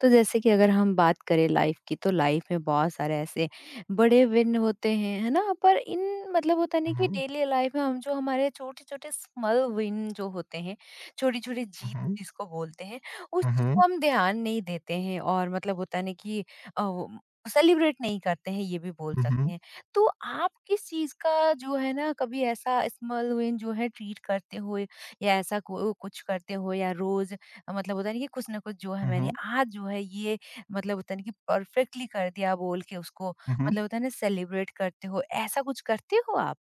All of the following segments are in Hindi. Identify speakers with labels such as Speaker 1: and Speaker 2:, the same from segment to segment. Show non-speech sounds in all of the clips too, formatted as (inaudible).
Speaker 1: तो जैसे कि अगर हम बात करें लाइफ की, तो लाइफ में बहुत सारे ऐसे बड़े विन होते हैं, है ना। पर इन मतलब होता नहीं कि
Speaker 2: हुँ,
Speaker 1: डेली लाइफ में हम जो हमारे छोटे छोटे स्मॉल विन जो होते हैं, छोटी छोटी
Speaker 2: हुँ,
Speaker 1: जीत
Speaker 2: हुँ,
Speaker 1: जिसको बोलते हैं, उस चीज को हम ध्यान नहीं देते हैं। और मतलब होता नहीं कि सेलिब्रेट नहीं करते हैं, ये भी बोल सकते
Speaker 2: हुँ,
Speaker 1: हैं। तो आप किस चीज का जो है ना, कभी ऐसा स्मॉल विन जो है ट्रीट करते हो, या ऐसा कुछ करते हो, या रोज मतलब होता है ना कि कुछ ना कुछ जो है मैंने
Speaker 2: हुँ,
Speaker 1: आज जो है ये मतलब होता है ना कि परफेक्टली कर दिया बोल के उसको,
Speaker 2: हुँ,
Speaker 1: मतलब होता है ना सेलिब्रेट करते हो, ऐसा कुछ करते हो आप?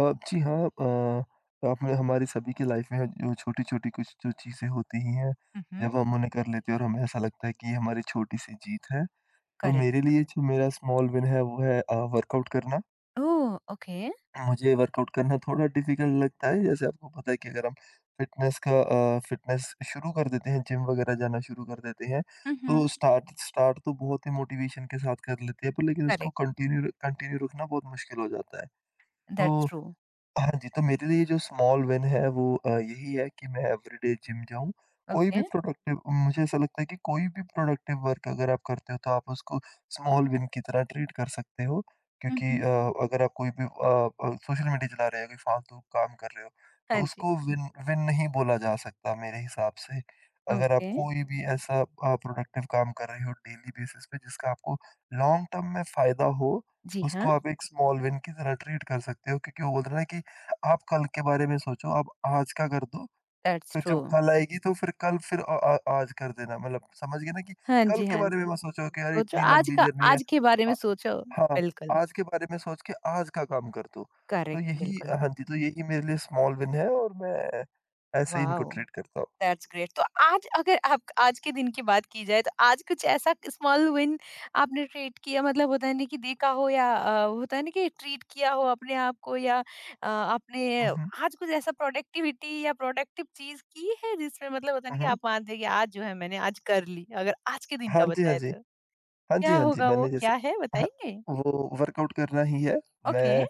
Speaker 2: जी हाँ, आपने हमारी सभी की लाइफ में जो छोटी-छोटी कुछ जो चीज़ें होती ही हैं,
Speaker 1: हम्म।
Speaker 2: जब हम उन्हें कर लेते हैं और हमें ऐसा लगता है कि ये हमारी छोटी-सी जीत है। तो
Speaker 1: करेक्ट।
Speaker 2: मेरे लिए जो मेरा स्मॉल विन है वो है वर्कआउट करना।
Speaker 1: Oh okay.
Speaker 2: मुझे वर्कआउट करना थोड़ा डिफिकल्ट लगता है। जैसे आपको पता है कि अगर हम फिटनेस शुरू कर देते हैं, जिम वगैरह जाना शुरू कर देते हैं,
Speaker 1: हम्म।
Speaker 2: तो स्टार्ट स्टार्ट तो बहुत ही मोटिवेशन के साथ कर लेते हैं, पर लेकिन उसको
Speaker 1: करेक्ट।
Speaker 2: कंटिन्यू कंटिन्यू रखना बहुत मुश्किल हो जाता है। तो
Speaker 1: दैट्स ट्रू।
Speaker 2: हाँ जी, तो मेरे लिए जो स्मॉल विन है वो यही है कि मैं एवरीडे जिम जाऊँ। कोई
Speaker 1: ओके।
Speaker 2: भी प्रोडक्टिव मुझे ऐसा लगता है कि कोई भी प्रोडक्टिव वर्क अगर आप करते हो तो आप उसको स्मॉल विन की तरह ट्रीट कर सकते हो। क्योंकि
Speaker 1: हम्म।
Speaker 2: अगर आप कोई भी सोशल मीडिया चला रहे हो, कोई फालतू काम कर रहे हो,
Speaker 1: हाँ
Speaker 2: तो
Speaker 1: जी।
Speaker 2: उसको विन विन नहीं बोला जा सकता मेरे हिसाब से। अगर आप
Speaker 1: ओके।
Speaker 2: कोई भी ऐसा प्रोडक्टिव काम कर रहे हो डेली बेसिस पे जिसका आपको लॉन्ग टर्म में फ़ायदा हो,
Speaker 1: जी हाँ।
Speaker 2: उसको आप एक स्मॉल विन की तरह ट्रीट कर सकते हो। क्योंकि वो बोल रहा है कि आप कल के बारे में सोचो, आप आज का कर दो,
Speaker 1: दैट्स
Speaker 2: फिर
Speaker 1: ट्रू।
Speaker 2: जब कल आएगी तो फिर कल फिर आज कर देना, मतलब समझ गए ना कि
Speaker 1: हाँ
Speaker 2: कल
Speaker 1: जी,
Speaker 2: के
Speaker 1: हाँ
Speaker 2: बारे में
Speaker 1: जी,
Speaker 2: मत सोचो कि अरे
Speaker 1: सोचो
Speaker 2: इतनी
Speaker 1: आज
Speaker 2: लंबी
Speaker 1: का,
Speaker 2: जर्नी है।
Speaker 1: आज के बारे में
Speaker 2: अ,
Speaker 1: सोचो।
Speaker 2: हाँ,
Speaker 1: बिल्कुल।
Speaker 2: आज के बारे में सोच के आज का काम कर दो। तो
Speaker 1: करेक्ट,
Speaker 2: यही,
Speaker 1: बिल्कुल।
Speaker 2: हाँ जी, तो यही मेरे लिए स्मॉल विन है और मैं ऐसे ही
Speaker 1: वाह।
Speaker 2: इनको ट्रीट करता हूँ।
Speaker 1: That's great. तो आज अगर आप आज के दिन की बात की जाए, तो आज कुछ ऐसा स्मॉल विन आपने ट्रीट किया, मतलब होता है ना कि देखा हो, या होता है ना कि ट्रीट किया हो अपने आप को, या आपने
Speaker 2: हुँ, हुँ।
Speaker 1: आज कुछ ऐसा प्रोडक्टिविटी या प्रोडक्टिव चीज की है जिसमें मतलब होता है ना
Speaker 2: हुँ,
Speaker 1: कि
Speaker 2: हुँ।
Speaker 1: आप मानते हैं कि आज जो है मैंने आज कर ली, अगर आज के दिन का
Speaker 2: हाँ जी, हाँ
Speaker 1: बताए
Speaker 2: जी।
Speaker 1: तो
Speaker 2: हाँ जी,
Speaker 1: क्या
Speaker 2: हाँ जी,
Speaker 1: होगा, वो
Speaker 2: मैंने जैसे,
Speaker 1: क्या है,
Speaker 2: हाँ,
Speaker 1: बताएंगे?
Speaker 2: वो वर्कआउट करना ही है।
Speaker 1: ओके।
Speaker 2: मैं,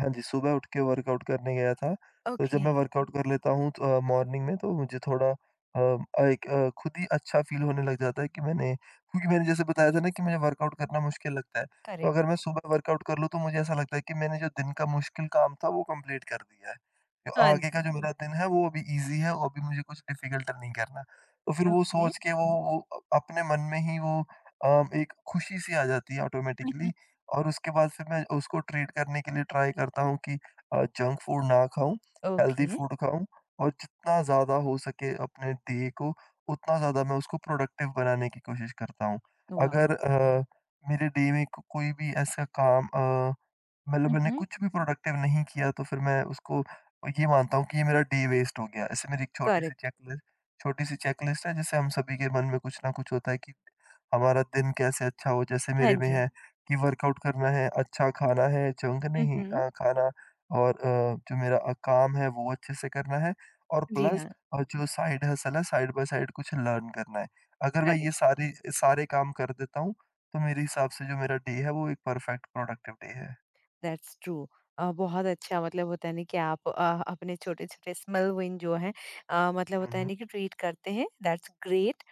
Speaker 2: हाँ जी, सुबह उठ के वर्कआउट करने गया था, तो जब
Speaker 1: ओके।
Speaker 2: मैं वर्कआउट कर लेता हूँ तो मॉर्निंग में तो मुझे थोड़ा एक खुद ही अच्छा फ़ील होने लग जाता है कि मैंने, क्योंकि मैंने जैसे बताया था ना कि मुझे वर्कआउट करना मुश्किल लगता है, तो
Speaker 1: करेक्ट।
Speaker 2: अगर मैं सुबह वर्कआउट कर लूँ तो मुझे ऐसा लगता है कि मैंने जो दिन का मुश्किल काम था वो कंप्लीट कर दिया है। जो
Speaker 1: हाँ
Speaker 2: आगे का
Speaker 1: जी।
Speaker 2: जो मेरा दिन है वो अभी ईज़ी है, वो अभी मुझे कुछ डिफ़िकल्ट नहीं करना। तो फिर वो
Speaker 1: ओके।
Speaker 2: सोच के वो अपने मन में ही वो एक खुशी सी आ जाती है ऑटोमेटिकली,
Speaker 1: (laughs)
Speaker 2: और उसके बाद फिर मैं उसको ट्रीट करने के लिए ट्राई करता हूँ कि जंक फूड ना खाऊँ, हेल्दी
Speaker 1: ओके।
Speaker 2: फूड खाऊँ और जितना ज़्यादा हो सके अपने डे को उतना ज़्यादा मैं उसको प्रोडक्टिव बनाने की कोशिश करता हूँ।
Speaker 1: वाह।
Speaker 2: अगर मेरे डे में को कोई भी ऐसा काम मतलब मैंने
Speaker 1: हम्म,
Speaker 2: कुछ भी प्रोडक्टिव नहीं किया तो फिर मैं उसको ये मानता हूँ कि ये मेरा डे वेस्ट हो गया। ऐसे मेरी एक
Speaker 1: करेक्ट।
Speaker 2: छोटी-सी चेकलिस्ट है, जिससे हम सभी के मन में कुछ न कुछ होता है कि हमारा दिन कैसे अच्छा हो। जैसे
Speaker 1: हाँ
Speaker 2: मेरे में
Speaker 1: जी।
Speaker 2: है कि वर्कआउट करना है, अच्छा खाना है, जंक नहीं
Speaker 1: हम्म।
Speaker 2: खाना, और जो मेरा काम है वो अच्छे से करना है, और
Speaker 1: जी
Speaker 2: प्लस
Speaker 1: हाँ।
Speaker 2: जो साइड हसल है साइड बाय साइड कुछ लर्न करना है। अगर मैं ये
Speaker 1: करेक्ट,
Speaker 2: सारी सारे काम कर देता हूँ तो मेरे हिसाब से जो मेरा डे है वो एक परफेक्ट प्रोडक्टिव डे है।
Speaker 1: That's true. बहुत अच्छा, मतलब होता है ना कि आप अपने छोटे-छोटे स्मॉल विन जो हैं, मतलब होता है ना
Speaker 2: Mhm,
Speaker 1: कि ट्रीट करते हैं, दैट्स ग्रेट।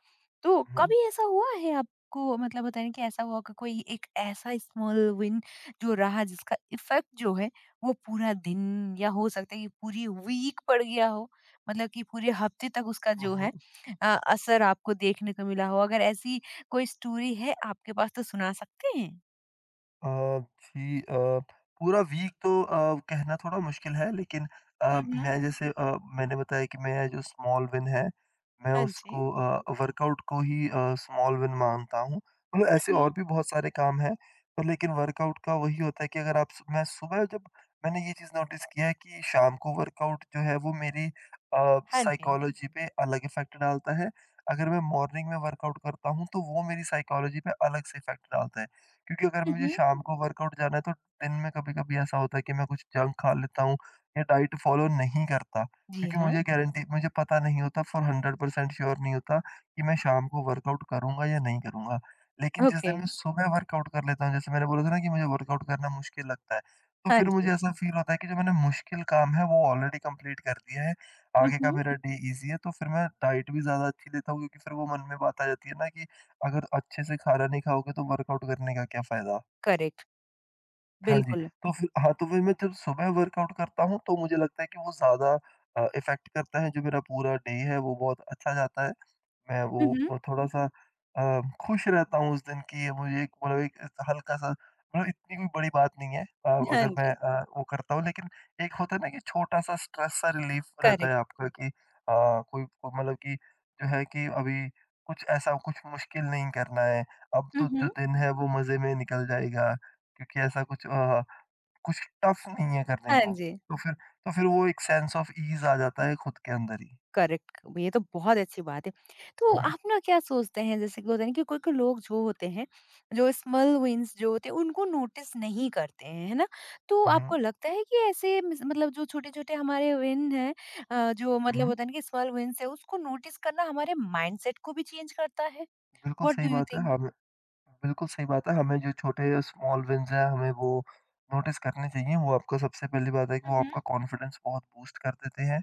Speaker 1: तो
Speaker 2: mhm,
Speaker 1: कभी ऐसा हुआ है आपको, मतलब होता है ना कि ऐसा हुआ कि कोई एक ऐसा स्मॉल विन जो रहा जिसका इफ़ेक्ट जो है वो पूरा दिन, या हो सकता है कि पूरी वीक पड़ गया हो? मतलब कि पूरे हफ्ते तक उसका जो है
Speaker 2: mhm.
Speaker 1: असर आपको देखने को मिला हो? अगर ऐसी कोई स्टोरी है आपके पास तो सुना सकते हैं?
Speaker 2: अ, जी, पूरा वीक तो कहना थोड़ा मुश्किल है, लेकिन अ,
Speaker 1: हुँ, हुँ।
Speaker 2: मैं जैसे, मैंने बताया कि मैं जो स्मॉल विन है, मैं
Speaker 1: हाँ जी।
Speaker 2: उसको वर्कआउट को ही स्मॉल विन मानता हूँ। मतलब ऐसे और भी बहुत सारे काम हैं, पर लेकिन वर्कआउट का वही होता है कि अगर आप, मैं सुबह जब, मैंने ये चीज़ नोटिस किया है कि शाम को वर्कआउट जो है वो मेरी
Speaker 1: हाँ जी।
Speaker 2: साइकोलॉजी पे अलग इफ़ेक्ट डालता है। अगर मैं मॉर्निंग में वर्कआउट करता हूँ, तो वो मेरी साइकोलॉजी पे अलग से इफ़ेक्ट डालता है। क्योंकि अगर
Speaker 1: हुँ,
Speaker 2: मुझे
Speaker 1: हुँ।
Speaker 2: शाम को वर्कआउट जाना है तो दिन में कभी-कभी ऐसा होता है कि मैं कुछ जंक खा लेता हूँ या डाइट फॉलो नहीं करता।
Speaker 1: जी
Speaker 2: क्योंकि
Speaker 1: हाँ।
Speaker 2: मुझे गारंटी, मुझे पता नहीं होता, फॉर 100% श्योर नहीं होता कि मैं शाम को वर्कआउट करूँगा या नहीं करूँगा। लेकिन जिस
Speaker 1: ओके,
Speaker 2: दिन मैं सुबह वर्कआउट कर लेता हूँ, जैसे मैंने बोला था ना कि मुझे वर्कआउट करना मुश्किल लगता है, तो
Speaker 1: हाँ
Speaker 2: फिर
Speaker 1: जी।
Speaker 2: मुझे ऐसा फ़ील होता है कि जो मैंने मुश्किल काम है वो ऑलरेडी कंप्लीट कर दिया है,
Speaker 1: हुँ,
Speaker 2: आगे का
Speaker 1: हुँ।
Speaker 2: मेरा डे ईज़ी है। तो फिर मैं डाइट भी ज़्यादा अच्छी लेता हूँ क्योंकि फिर वो मन में बात आ जाती है ना कि अगर अच्छे से खाना नहीं खाओगे तो वर्कआउट करने का क्या फ़ायदा?
Speaker 1: करेक्ट,
Speaker 2: हाँ जी,
Speaker 1: बिल्कुल।
Speaker 2: तो फिर, हाँ, तो फिर मैं जब सुबह वर्कआउट करता हूँ तो मुझे लगता है कि वो ज़्यादा इफ़ेक्ट करता है, जो मेरा पूरा डे है वो बहुत अच्छा जाता है। मैं वो
Speaker 1: हुँ, हुँ।
Speaker 2: थोड़ा-सा अ, खुश रहता हूँ उस दिन कि मुझे एक, मतलब एक हल्का-सा, मतलब इतनी भी बड़ी बात नहीं है
Speaker 1: हाँ
Speaker 2: अगर मैं
Speaker 1: जी,
Speaker 2: वो करता हूँ, लेकिन एक होता है ना कि छोटा-सा स्ट्रेस सा रिलीफ रहता है
Speaker 1: करेक्ट।
Speaker 2: आपका कि कोई को, मतलब कि जो है कि अभी कुछ ऐसा, कुछ मुश्किल नहीं करना है। अब
Speaker 1: हुँ,
Speaker 2: तो जो
Speaker 1: हुँ।
Speaker 2: दिन है वो मज़े में निकल जाएगा क्योंकि ऐसा कुछ, कुछ टफ नहीं है करने
Speaker 1: हाँ
Speaker 2: को।
Speaker 1: जी।
Speaker 2: तो फिर वो एक सेंस ऑफ ईज़ आ जाता है खुद के अंदर ही।
Speaker 1: करेक्ट, ये तो बहुत अच्छी बात है। तो
Speaker 2: हुँ, हुँ।
Speaker 1: आप ना क्या सोचते हैं, जैसे कि होता है ना कि कोई-कोई लोग जो होते हैं, जो स्मॉल विन्स जो होते हैं उनको नोटिस नहीं करते हैं, है ना? तो
Speaker 2: हुँ,
Speaker 1: आपको
Speaker 2: हुँ।
Speaker 1: लगता है कि ऐसे मिस, मतलब जो छोटे-छोटे हमारे विन हैं, जो
Speaker 2: हुँ,
Speaker 1: मतलब
Speaker 2: हुँ।
Speaker 1: होता है ना कि स्मॉल विन्स है उसको नोटिस करना हमारे माइंडसेट को भी चेंज करता है?
Speaker 2: बिल्कुल
Speaker 1: व्हाट डू
Speaker 2: सही
Speaker 1: यू
Speaker 2: बात है।
Speaker 1: थिंक?
Speaker 2: हमें, बिल्कुल सही बात है, हमें जो छोटे स्मॉल विन्स हैं, हमें वो नोटिस करने चाहिए। वो आपका, सबसे पहली बात है कि
Speaker 1: हुँ,
Speaker 2: वो
Speaker 1: हुँ।
Speaker 2: आपका कॉन्फिडेंस बहुत बूस्ट कर देते हैं।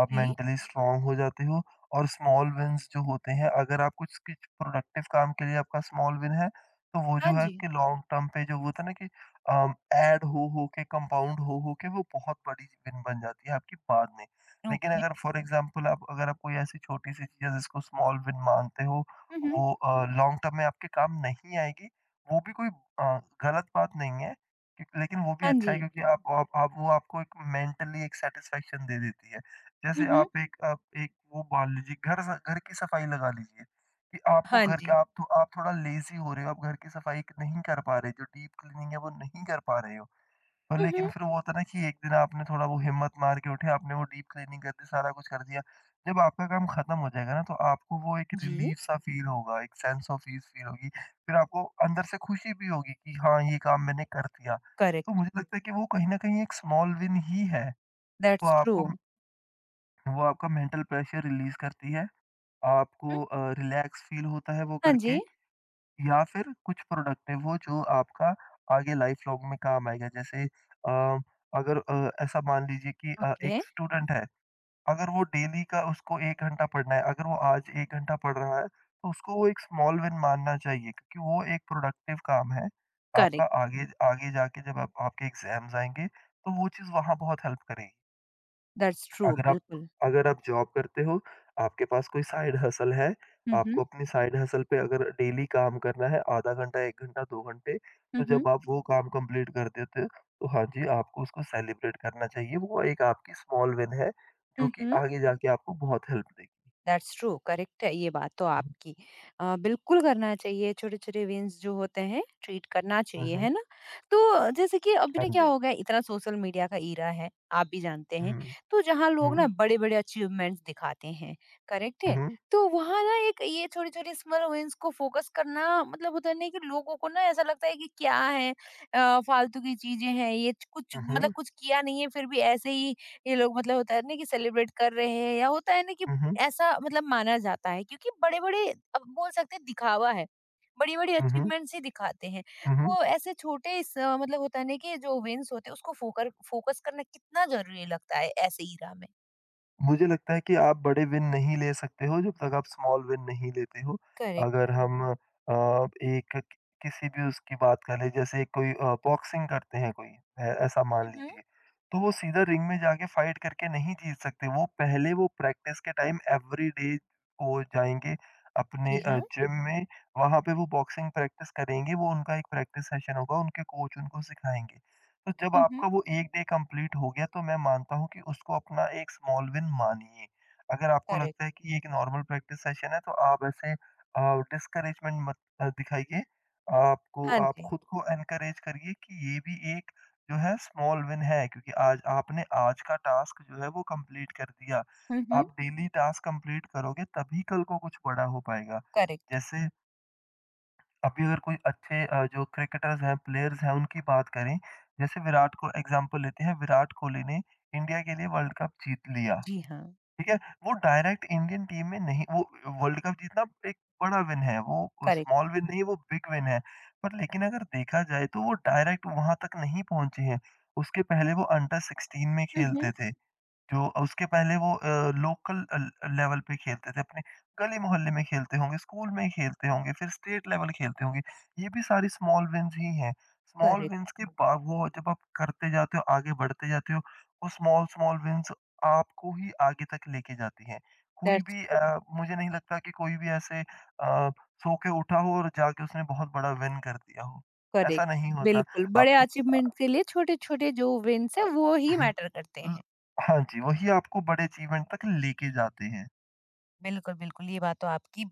Speaker 2: आप
Speaker 1: जी।
Speaker 2: मेंटली स्ट्रांग हो जाते हो, और स्मॉल विन्स जो होते हैं, अगर आप कुछ किच प्रोडक्टिव काम के लिए आपका स्मॉल विन है, तो वो
Speaker 1: हाँ
Speaker 2: जो है
Speaker 1: जी।
Speaker 2: कि लॉन्ग टर्म पे जो होता है ना कि ऐड हो के कंपाउंड हो के वो बहुत बड़ी विन बन जाती है आपकी बाद में। लेकिन
Speaker 1: ओके।
Speaker 2: अगर फॉर एग्ज़ाम्पल आप अगर आप कोई ऐसी छोटी-सी चीज़ है जिसको स्मॉल विन मानते हो,
Speaker 1: हुँ, हुँ।
Speaker 2: वो लॉन्ग टर्म में आपके काम नहीं आएगी, वो भी कोई गलत बात नहीं है, क्योंकि, लेकिन वो भी
Speaker 1: हाँ
Speaker 2: अच्छा
Speaker 1: जी।
Speaker 2: है क्योंकि आप वो आपको एक मेंटली एक सैटिस्फैक्शन दे देती है।
Speaker 1: हुँ,
Speaker 2: जैसे
Speaker 1: हुँ।
Speaker 2: आप एक वो मान लीजिए घर स घर की सफाई लगा लीजिए कि आपको
Speaker 1: हाँ
Speaker 2: घर
Speaker 1: जी।
Speaker 2: के, आप थोड़ा लेज़ी हो रहे हो, आप घर की सफाई नहीं कर पा रहे, जो डीप क्लीनिंग है वो नहीं कर पा रहे हो। और
Speaker 1: हुँ,
Speaker 2: लेकिन
Speaker 1: हुँ।
Speaker 2: फिर वो होता है ना कि एक दिन आपने थोड़ा वो हिम्मत मार के उठे, आपने वो डीप क्लीनिंग कर दी, सारा कुछ कर दिया। जब आपका काम खत्म हो जाएगा ना तो आपको वो एक
Speaker 1: जी,
Speaker 2: रिलीफ़ सा फ़ील होगा, एक सेंस ऑफ पीस फ़ील होगी। फिर आपको अंदर से खुशी भी होगी कि हाँ, ये काम मैंने कर दिया। तो
Speaker 1: करेक्ट,
Speaker 2: मुझे लगता है कि वो कहीं न कहीं एक स्मॉल विन ही है। तो
Speaker 1: दैट्स ट्रू।
Speaker 2: आपको वो, आपका मेंटल प्रेशर रिलीज़ करती है।
Speaker 1: हुँ,
Speaker 2: आपको रिलैक्स फ़ील होता है वो
Speaker 1: हाँ
Speaker 2: करके,
Speaker 1: जी।
Speaker 2: या फिर कुछ प्रोडक्टिव हो जो आपका आगे लाइफ़ लॉन्ग में काम आएगा। जैसे अगर ऐसा मान लीजिए कि
Speaker 1: ओके।
Speaker 2: एक स्टूडेंट है, अगर वो डेली का उसको 1 घंटा पढ़ना है, अगर वो आज 1 घंटा पढ़ रहा है, तो उसको वो एक स्मॉल विन मानना चाहिए क्योंकि वो एक प्रोडक्टिव काम है। आपका
Speaker 1: करेक्ट,
Speaker 2: आगे आगे जाके जब आप, आपके एग्ज़ाम्स आएँगे, तो वो चीज़ वहाँ बहुत हेल्प करेगी।
Speaker 1: दैट्स ट्रू,
Speaker 2: अगर आप
Speaker 1: बिल्कुल।
Speaker 2: अगर आप जॉब करते हो, आपके पास कोई साइड हसल है,
Speaker 1: हुँ,
Speaker 2: आपको
Speaker 1: हुँ।
Speaker 2: अपनी साइड हसल पे अगर डेली काम करना है, आधा घंटा, 1 घंटा, 2 घंटे,
Speaker 1: हुँ,
Speaker 2: तो
Speaker 1: हुँ।
Speaker 2: जब आप वो काम कंप्लीट कर देते हो, तो हाँ जी, आपको उसको सेलिब्रेट करना चाहिए। वो एक आपकी स्मॉल विन है, जो
Speaker 1: हुँ,
Speaker 2: कि
Speaker 1: हुँ।
Speaker 2: आगे जाके आपको बहुत हेल्प देगी।
Speaker 1: दैट्स ट्रू, करेक्ट है ये बात तो आपकी। बिल्कुल करना चाहिए, छोटे-छोटे विंस जो होते हैं ट्रीट करना
Speaker 2: हुँ,
Speaker 1: चाहिए,
Speaker 2: हुँ,
Speaker 1: है ना? तो जैसे कि अभी
Speaker 2: हाँ
Speaker 1: ना क्या
Speaker 2: जी।
Speaker 1: हो गया, इतना सोशल मीडिया का ईरा है, आप भी जानते हैं।
Speaker 2: हुँ,
Speaker 1: तो जहाँ लोग ना
Speaker 2: हुँ,
Speaker 1: बड़े-बड़े अचीवमेंट्स दिखाते हैं, करेक्ट है?
Speaker 2: हुँ,
Speaker 1: तो वहाँ ना एक ये छोटे-छोटे स्मॉल विंस को फोकस करना, मतलब होता नहीं कि लोगों को ना ऐसा लगता है कि क्या है, फालतू की चीज़ें हैं ये, कुछ
Speaker 2: हुँ,
Speaker 1: मतलब
Speaker 2: हुँ,
Speaker 1: कुछ किया नहीं है फिर भी ऐसे ही ये लोग मतलब होता है ना कि सेलिब्रेट कर रहे हैं, या होता है ना कि
Speaker 2: हुँ, हुँ,
Speaker 1: ऐसा मतलब माना जाता है क्योंकि बड़े-बड़े, अब बोल सकते हैं दिखावा है, बड़ी-बड़ी
Speaker 2: हुँ, हुँ।
Speaker 1: अचीवमेंट्स ही दिखाते हैं। तो ऐसे छोटे इस मतलब होता है ना कि जो विन्स होते हैं उसको फोकर फोकस करना कितना ज़रूरी लगता है ऐसे ही राह में?
Speaker 2: मुझे लगता है कि आप बड़े विन नहीं ले सकते हो जब तक आप स्मॉल विन नहीं लेते हो।
Speaker 1: करेक्ट।
Speaker 2: अगर हम अ, एक कि किसी भी उसकी बात कर लें, जैसे कोई बॉक्सिंग करते हैं, कोई ऐ ऐसा मान
Speaker 1: हुँ, हुँ।
Speaker 2: लीजिए, तो वो सीधा रिंग में जाके फाइट करके नहीं जीत सकते। वो पहले वो प्रैक्टिस के टाइम एवरीडे वो जाएँगे अपने
Speaker 1: जी हाँ।
Speaker 2: जिम में, वहाँ पे वो बॉक्सिंग प्रैक्टिस करेंगे, वो उनका एक प्रैक्टिस सेशन होगा, उनके कोच उनको सिखाएँगे। तो जब
Speaker 1: हुँ, हुँ।
Speaker 2: आपका वो 1 डे कंप्लीट हो गया तो मैं मानता हूँ कि उसको अपना एक स्मॉल विन मानिए। अगर आपको
Speaker 1: करेक्ट।
Speaker 2: लगता है कि ये एक नॉर्मल प्रैक्टिस सेशन है तो आप ऐसे डिस्करेजमेंट मत दिखाइए। आपको,
Speaker 1: हाँ
Speaker 2: आप
Speaker 1: जी।
Speaker 2: खुद को एनकरेज करिए कि ये भी एक जो है स्मॉल विन है क्योंकि आज आपने आज का टास्क जो है वो कंप्लीट कर दिया।
Speaker 1: हुँ, हुँ।
Speaker 2: आप डेली टास्क कंप्लीट करोगे तभी कल को कुछ बड़ा हो पाएगा।
Speaker 1: करेक्ट।
Speaker 2: जैसे अभी अगर कोई अच्छे जो क्रिकेटर्स हैं, प्लेयर्स हैं, उनकी बात करें, जैसे विराट को एग्ज़ाम्पल लेते हैं, विराट कोहली ने इंडिया के लिए वर्ल्ड कप जीत लिया,
Speaker 1: जी हाँ।
Speaker 2: ठीक है? वो डायरेक्ट इंडियन टीम में नहीं वो वर्ल्ड कप जीतना एक बड़ा विन है, वो
Speaker 1: करेक्ट।
Speaker 2: स्मॉल विन नहीं है, वो बिग विन है। पर लेकिन अगर देखा जाए तो वो डायरेक्ट वहाँ तक नहीं पहुँचे हैं, उसके पहले वो अंडर 16 में
Speaker 1: हुँ, हुँ।
Speaker 2: खेलते थे। जो उसके पहले वो लोकल अ, ल लेवल पे खेलते थे, अपने गली-मोहल्ले में खेलते होंगे, स्कूल में खेलते होंगे, फिर स्टेट लेवल खेलते होंगे। ये भी सारी स्मॉल विन्स ही हैं। Small
Speaker 1: correct.
Speaker 2: विन्स के बा वो जब आप करते जाते हो, आगे बढ़ते जाते हो, वो स्मॉल-स्मॉल विन्स आपको ही आगे तक लेके जाती हैं।
Speaker 1: That's true.
Speaker 2: मुझे नहीं लगता कि कोई भी सो के उठा हो और जाके उसने बहुत बड़ा विन कर दिया हो। ऐसा
Speaker 1: करेक्ट।
Speaker 2: नहीं होता।
Speaker 1: बिल्कुल, बड़े
Speaker 2: आपको
Speaker 1: अचीवमेंट के लिए छोटे-छोटे जो विन्स हैं
Speaker 2: अ,
Speaker 1: वो ही
Speaker 2: ह-
Speaker 1: मैटर करते
Speaker 2: ल
Speaker 1: हैं।
Speaker 2: हाँ जी, वही आपको बड़े अचीवमेंट तक लेके जाते हैं।
Speaker 1: बिल्कुल, बिल्कुल, ये बात तो आपकी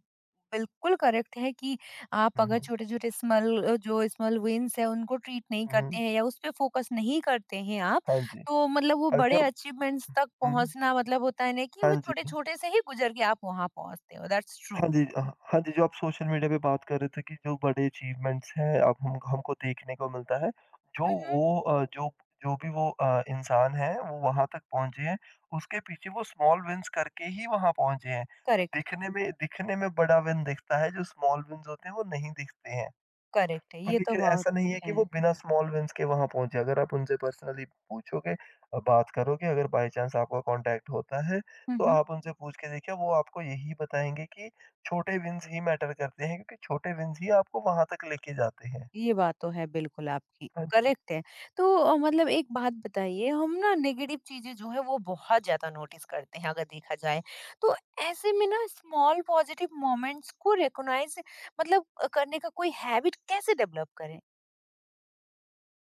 Speaker 1: बिल्कुल करेक्ट है कि आप
Speaker 2: हुँ,
Speaker 1: अगर
Speaker 2: हुँ।
Speaker 1: छोटे-छोटे स्मॉल जो स्मॉल विन्स हैं, उनको ट्रीट नहीं
Speaker 2: हुँ,
Speaker 1: करते हैं या उस पे फ़ोकस नहीं करते हैं आप,
Speaker 2: हाँ जी।
Speaker 1: तो मतलब वो
Speaker 2: और
Speaker 1: बड़े
Speaker 2: जब
Speaker 1: अचीवमेंट्स तक
Speaker 2: हुँ,
Speaker 1: पहुँचना, मतलब होता है ना कि
Speaker 2: हाँ
Speaker 1: वो
Speaker 2: जी।
Speaker 1: छोटे-छोटे से ही गुज़र के आप वहाँ पहुँचते हो, दैट्स ट्रू।
Speaker 2: हाँ जी, अ, हाँ जी, जो आप सोशल मीडिया पे बात कर रहे थे कि जो बड़े अचीवमेंट्स हैं अब हम हमको देखने को मिलता है, जो
Speaker 1: हुँ, हुँ।
Speaker 2: वो अ, जो जो भी वो इंसान है वो वहाँ तक पहुँचे हैं, उसके पीछे वो स्मॉल विन्स करके ही वहाँ पहुँचे हैं।
Speaker 1: करेक्ट,
Speaker 2: दिखने में बड़ा विन दिखता है, जो स्मॉल विन्स होते हैं वो नहीं दिखते हैं।
Speaker 1: करेक्ट है,
Speaker 2: पर
Speaker 1: ये तो
Speaker 2: लेकिन
Speaker 1: बहुत
Speaker 2: ऐसा नहीं है कि
Speaker 1: है।
Speaker 2: वो बिना स्मॉल विन्स के वहाँ पहुँचे। अगर आप उनसे पर्सनली पूछोगे बात करोगे, अगर बाय चांस आपका कॉन्टैक्ट होता है,
Speaker 1: हुँ,
Speaker 2: तो
Speaker 1: हुँ।
Speaker 2: आप उनसे पूछ के देखिए वो आपको यही बताएँगे कि छोटे विन्स ही मैटर करते हैं क्योंकि छोटे विन्स ही आपको वहाँ तक लेके जाते हैं।
Speaker 1: ये बात तो है बिल्कुल आपकी,
Speaker 2: हाँ जी।
Speaker 1: करेक्ट है। तो मतलब एक बात बताइए, हम ना नेगेटिव चीज़ें जो है वो बहुत ज़्यादा नोटिस करते हैं अगर देखा जाए। तो ऐसे में ना स्मॉल पॉजिटिव मोमेंट्स को रिकॉग्नाइज़ मतलब करने का कोई हैबिट कैसे डेवलप करें?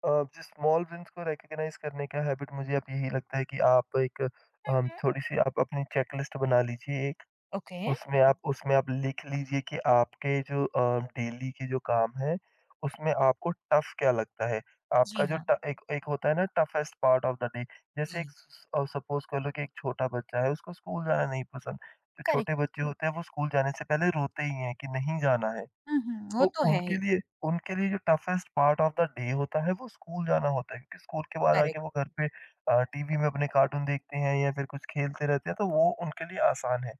Speaker 2: अ, जिस स्मॉल विन्स को रिकॉग्नाइज़ करने का हैबिट मुझे अब यही लगता है कि आप एक
Speaker 1: हुँ, हुँ।
Speaker 2: थोड़ी-सी आप अपनी चेकलिस्ट बना लीजिए एक
Speaker 1: ओके,
Speaker 2: उसमें आप लिख लीजिए कि आपके जो डेली के जो काम हैं, उसमें आपको टफ़ क्या लगता है? आपका
Speaker 1: जी
Speaker 2: जो
Speaker 1: हाँ,
Speaker 2: ट एक एक होता है ना toughest part of the day, जैसे
Speaker 1: जी,
Speaker 2: सपोज़ कर लो कि एक छोटा बच्चा है, उसको स्कूल जाना नहीं पसंद। जो छोटे
Speaker 1: करेक्ट।
Speaker 2: बच्चे होते हैं, वो स्कूल जाने से पहले रोते ही हैं कि नहीं जाना है।
Speaker 1: हुँ, हुँ, वो
Speaker 2: तो
Speaker 1: तो है
Speaker 2: उनके
Speaker 1: ही,
Speaker 2: लिए उनके लिए जो toughest part of the day होता है, वो स्कूल जाना होता है क्योंकि स्कूल के बाद
Speaker 1: करेक्ट,
Speaker 2: आके वो घर पे टीवी में अपने कार्टून देखते हैं या फिर कुछ खेलते रहते हैं, तो वो उनके लिए आसान है।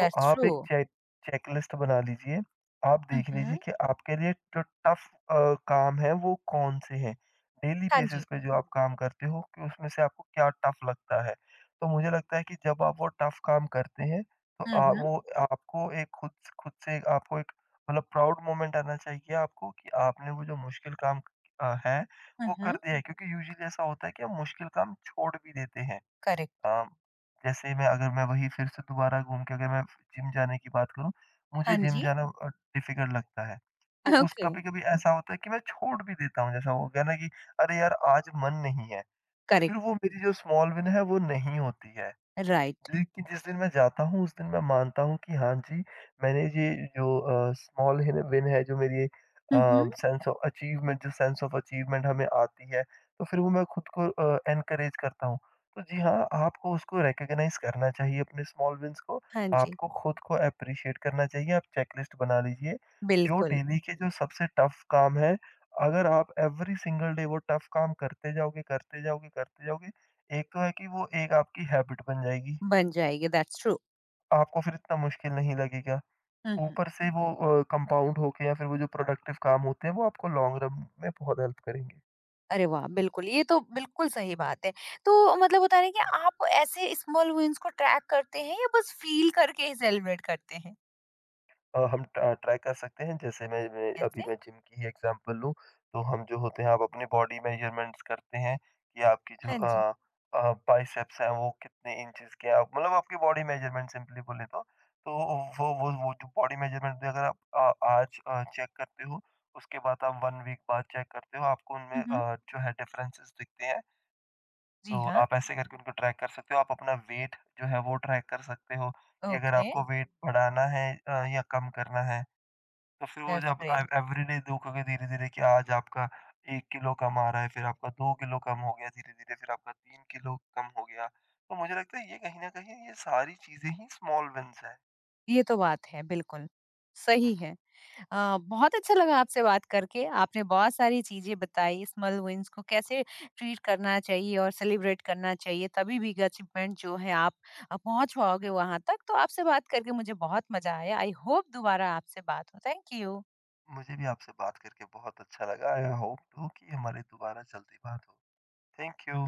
Speaker 2: तो आप
Speaker 1: ट्रू।
Speaker 2: एक चेक चेकलिस्ट बना लीजिए। आप
Speaker 1: हुँ,
Speaker 2: देख लीजिए
Speaker 1: हुँ,
Speaker 2: कि आपके लिए जो टफ़ काम है वो कौन-से हैं। डेली
Speaker 1: हाँ
Speaker 2: बेसिस
Speaker 1: जी।
Speaker 2: पे जो आप काम करते हो कि उसमें से आपको क्या टफ़ लगता है। तो मुझे लगता है कि जब आप वो टफ़ काम करते हैं तो
Speaker 1: हुँ, हुँ,
Speaker 2: वो आपको एक खुद से आपको एक मतलब प्राउड मोमेंट आना चाहिए आपको कि आपने वो जो मुश्किल काम है
Speaker 1: हुँ,
Speaker 2: वो कर
Speaker 1: हुँ,
Speaker 2: दिया है क्योंकि यूजुअली ऐसा होता है कि हम मुश्किल काम छोड़ भी देते हैं।
Speaker 1: करेक्ट,
Speaker 2: अ, जैसे मैं अगर मैं वही फिर से दोबारा घूम के अगर मैं जिम जाने की बात करूँ, मुझे
Speaker 1: हाँ
Speaker 2: जिम
Speaker 1: जी,
Speaker 2: जाना डिफ़िकल्ट लगता है। तो
Speaker 1: (laughs)
Speaker 2: उस
Speaker 1: ओके,
Speaker 2: कभी-कभी ऐसा होता है कि मैं छोड़ भी देता हूँ, जैसा हो गया ना कि अरे यार आज मन नहीं है, तो
Speaker 1: करेक्ट,
Speaker 2: फिर वो मेरी जो स्मॉल विन है वो नहीं होती है।
Speaker 1: राइट।
Speaker 2: जी, कि जिस दिन मैं जाता हूँ, उस दिन मैं मानता हूँ कि हाँ जी, मैंने ये जो अ, स्मॉल हिन विन है,
Speaker 1: हुँ, हुँ,
Speaker 2: सेंस ऑफ अचीवमेंट हमें आती है, तो फिर वो मैं खुद को एनकरेज करता हूँ। तो जी हाँ, आपको उसको रिकॉग्नाइज़ करना चाहिए अपने स्मॉल विन्स को,
Speaker 1: हाँ जी,
Speaker 2: आपको खुद को एप्रिशिएट करना चाहिए। आप चेकलिस्ट बना लीजिए, जो
Speaker 1: बिल्कुल।
Speaker 2: डेली के जो सबसे टफ़ काम है, अगर आप एवरी सिंगल डे वो टफ़ काम करते जाओगे, करते जाओगे, करते जाओगे, एक तो है कि वो एक आपकी हैबिट बन जाएगी।
Speaker 1: बन जाएगी, दैट्स ट्रू।
Speaker 2: आपको फिर इतना मुश्किल नहीं लगेगा।
Speaker 1: हुँ, हुँ।
Speaker 2: ऊपर से वो कंपाउंड होके या फिर वो जो प्रोडक्टिव काम होते हैं, वो आपको लॉन्ग रन में बहुत हेल्प करेंगे।
Speaker 1: अरे वाह! बिल्कुल, ये तो बिल्कुल सही बात है। तो मतलब होता है ना कि आप ऐसे स्मॉल विन्स को ट्रैक करते हैं, या बस फ़ील करके ही सेलिब्रेट करते हैं?
Speaker 2: अ, हम ट ट्राई कर सकते हैं जैसे मैं
Speaker 1: कैसे?
Speaker 2: अभी मैं जिम की ही एग्ज़ाम्पल लूँ, तो हम जो होते हैं आप अपनी बॉडी मेज़रमेंट्स करते हैं कि आपकी जो
Speaker 1: हाँ जी।
Speaker 2: अ अ, बाइसेप्स हैं वो कितने इंचेस के हैं आप मतलब आपकी बॉडी मेज़रमेंट सिंपली बोले तो। तो वो वो जो बॉडी मेज़रमेंट भी अगर आप आज चेक करते हो, उसके बाद आप 1 वीक बाद चेक करते हो आपको उनमें
Speaker 1: हुँ, हुँ।
Speaker 2: जो है डिफरेंसेस दिखते हैं।
Speaker 1: जी
Speaker 2: तो
Speaker 1: हाँ,
Speaker 2: आप ऐसे करके उनको ट्रैक कर सकते हो, आप अपना वेट जो है वो ट्रैक कर सकते हो कि अगर
Speaker 1: ओके,
Speaker 2: आपको वेट बढ़ाना है या कम करना है। तो फिर वो
Speaker 1: दैट्स
Speaker 2: जब
Speaker 1: ग्रेट।
Speaker 2: एव एवरी डे देखोगे धीरे-धीरे कि आज आपका 1 किलो कम आ रहा है, फिर आपका 2 किलो कम हो गया धीरे-धीरे, फिर आपका 3 किलो कम हो गया। तो मुझे लगता है ये कहीं न कहीं ये सारी चीज़ें ही स्मॉल विन्स हैं।
Speaker 1: ये तो बात है, बिल्कुल।
Speaker 2: हुँ,
Speaker 1: सही
Speaker 2: हुँ।
Speaker 1: है। बहुत अच्छा लगा आपसे बात करके। आपने बहुत सारी चीज़ें बताई, स्मॉल विन्स को कैसे ट्रीट करना चाहिए और सेलिब्रेट करना चाहिए, तभी बिग अचीवमेंट जो है आप पहुँच पाओगे वहाँ तक। तो आपसे बात करके मुझे बहुत मज़ा आया। आई होप दोबारा आपसे बात हो। Thank you.
Speaker 2: मुझे भी आपसे बात करके बहुत अच्छा लगा। आई होप टू कि हमारी दोबारा जल्दी बात हो। Thank you.